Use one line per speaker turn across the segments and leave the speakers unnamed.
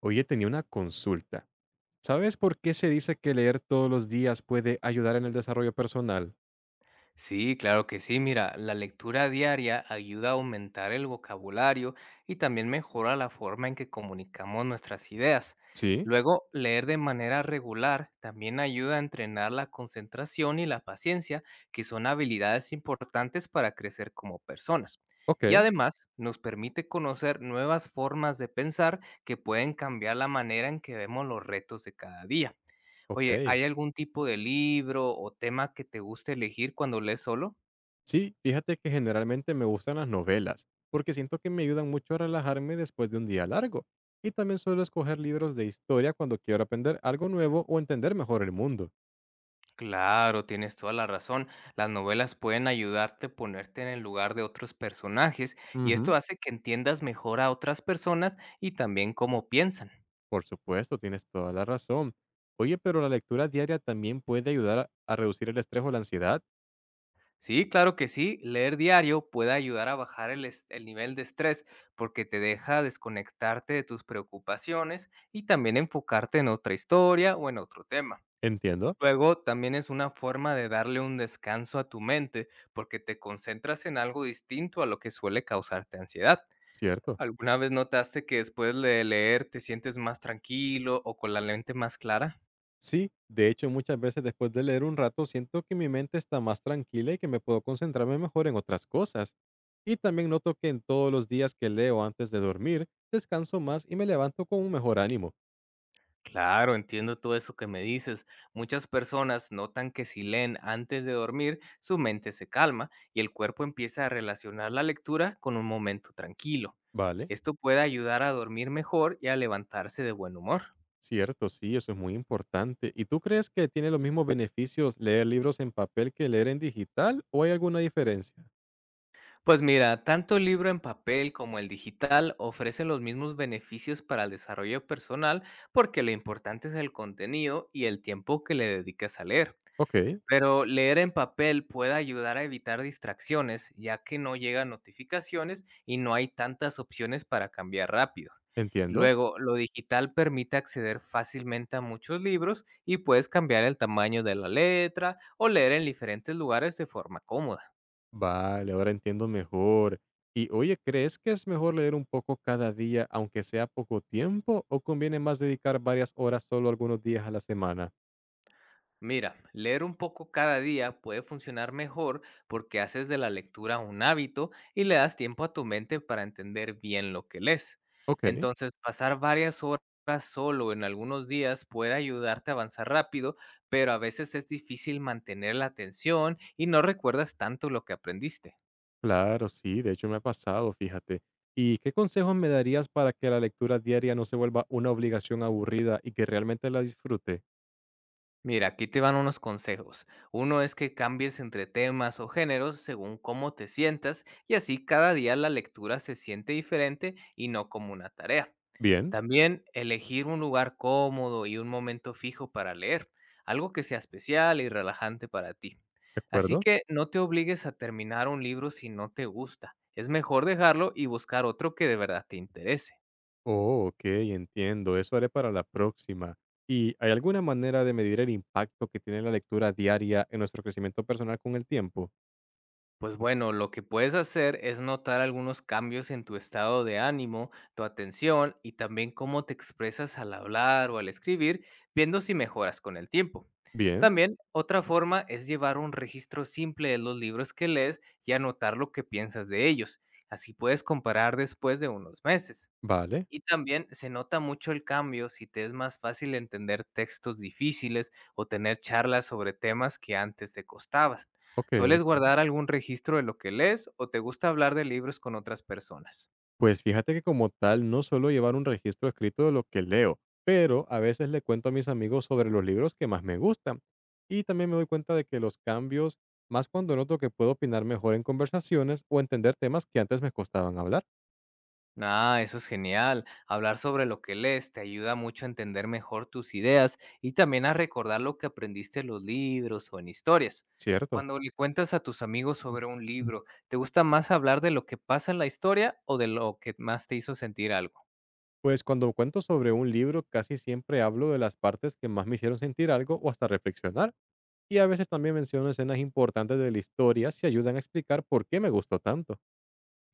Oye, tenía una consulta. ¿Sabes por qué se dice que leer todos los días puede ayudar en el desarrollo personal?
Sí, claro que sí. Mira, la lectura diaria ayuda a aumentar el vocabulario y también mejora la forma en que comunicamos nuestras ideas.
Sí,
Luego, leer de manera regular también ayuda a entrenar la concentración y la paciencia, que son habilidades importantes para crecer como personas.
ok,
Y además, nos permite conocer nuevas formas de pensar que pueden cambiar la manera en que vemos los retos de cada día. Oye,
ok.
¿hay algún tipo de libro o tema que te guste elegir cuando lees solo?
Sí, fíjate que generalmente me gustan las novelas, porque siento que me ayudan mucho a relajarme después de un día largo. Y también suelo escoger libros de historia cuando quiero aprender algo nuevo o entender mejor el mundo.
Claro, tienes toda la razón. Las novelas pueden ayudarte a ponerte en el lugar de otros personajes y
Ujú.
esto hace que entiendas mejor a otras personas y también cómo piensan.
Por supuesto, tienes toda la razón. Oye, pero la lectura diaria también puede ayudar a reducir el estrés o la ansiedad.
Sí, claro que sí, leer diario puede ayudar a bajar el nivel de estrés porque te deja desconectarte de tus preocupaciones y también enfocarte en otra historia o en otro tema.
Entiendo,
Luego, también es una forma de darle un descanso a tu mente, porque te concentras en algo distinto a lo que suele causarte ansiedad.
cierto.
¿Alguna vez notaste que después de leer te sientes más tranquilo o con la mente más clara?
Sí, de hecho muchas veces después de leer un rato siento que mi mente está más tranquila y que me puedo concentrarme mejor en otras cosas. Y también noto que en todos los días que leo antes de dormir, descanso más y me levanto con un mejor ánimo.
Claro, entiendo todo eso que me dices. Muchas personas notan que si leen antes de dormir, su mente se calma y el cuerpo empieza a relacionar la lectura con un momento tranquilo.
¿Vale?
Esto puede ayudar a dormir mejor y a levantarse de buen humor.
Cierto, sí, eso es muy importante. ¿Y tú crees que tiene los mismos beneficios leer libros en papel que leer en digital o hay alguna diferencia?
Pues mira, tanto el libro en papel como el digital ofrecen los mismos beneficios para el desarrollo personal porque lo importante es el contenido y el tiempo que le dediques a leer.
Ok,
Pero leer en papel puede ayudar a evitar distracciones, ya que no llegan notificaciones y no hay tantas opciones para cambiar rápido.
entiendo.
Luego, lo digital permite acceder fácilmente a muchos libros y puedes cambiar el tamaño de la letra o leer en diferentes lugares de forma cómoda.
Vale, ahora entiendo mejor. Y oye, ¿crees que es mejor leer un poco cada día, aunque sea poco tiempo, o conviene más dedicar varias horas solo algunos días a la semana?
Mira, leer un poco cada día puede funcionar mejor porque haces de la lectura un hábito y le das tiempo a tu mente para entender bien lo que lees.
Ok,
Entonces, pasar varias horas solo en algunos días puede ayudarte a avanzar rápido, pero a veces es difícil mantener la atención y no recuerdas tanto lo que aprendiste.
claro, sí, de hecho me ha pasado, fíjate. ¿Y qué consejos me darías para que la lectura diaria no se vuelva una obligación aburrida y que realmente la disfrute?
Mira, aquí te van unos consejos. Uno es que cambies entre temas o géneros según cómo te sientas, y así cada día la lectura se siente diferente y no como una tarea.
Bien,
También elegir un lugar cómodo y un momento fijo para leer, algo que sea especial y relajante para ti.
¿de
Así
acuerdo?
que no te obligues a terminar un libro si no te gusta. Es mejor dejarlo y buscar otro que de verdad te interese.
Oh, ok, entiendo, eso haré para la próxima. ¿Y hay alguna manera de medir el impacto que tiene la lectura diaria en nuestro crecimiento personal con el tiempo?
Pues bueno, lo que puedes hacer es notar algunos cambios en tu estado de ánimo, tu atención y también cómo te expresas al hablar o al escribir, viendo si mejoras con el tiempo.
Bien,
También otra forma es llevar un registro simple de los libros que lees y anotar lo que piensas de ellos. Así puedes comparar después de unos meses.
vale,
Y también se nota mucho el cambio si te es más fácil entender textos difíciles o tener charlas sobre temas que antes te costaban.
okey,
¿Sueles
sí.
guardar algún registro de lo que lees o te gusta hablar de libros con otras personas?
Pues fíjate que como tal no suelo llevar un registro escrito de lo que leo, pero a veces le cuento a mis amigos sobre los libros que más me gustan. Y también me doy cuenta de que los cambios, más cuando noto que puedo opinar mejor en conversaciones o entender temas que antes me costaban hablar.
Ah, eso es genial. Hablar sobre lo que lees te ayuda mucho a entender mejor tus ideas y también a recordar lo que aprendiste en los libros o en historias.
Cierto.
Cuando le cuentas a tus amigos sobre un libro, ¿te gusta más hablar de lo que pasa en la historia o de lo que más te hizo sentir algo?
Pues cuando cuento sobre un libro casi siempre hablo de las partes que más me hicieron sentir algo o hasta reflexionar, y a veces también menciono escenas importantes de la historia si ayudan a explicar por qué me gustó tanto.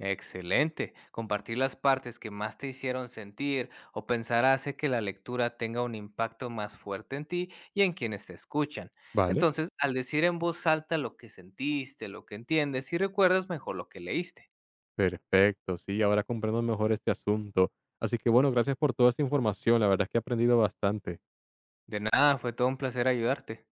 Excelente. Compartir las partes que más te hicieron sentir o pensar hace que la lectura tenga un impacto más fuerte en ti y en quienes te escuchan.
Vale.
Entonces, al decir en voz alta lo que sentiste, lo que entiendes y recuerdas mejor lo que leíste.
Perfecto, sí, ahora comprendo mejor este asunto. Así que bueno, gracias por toda esta información, la verdad es que he aprendido bastante.
De nada, fue todo un placer ayudarte.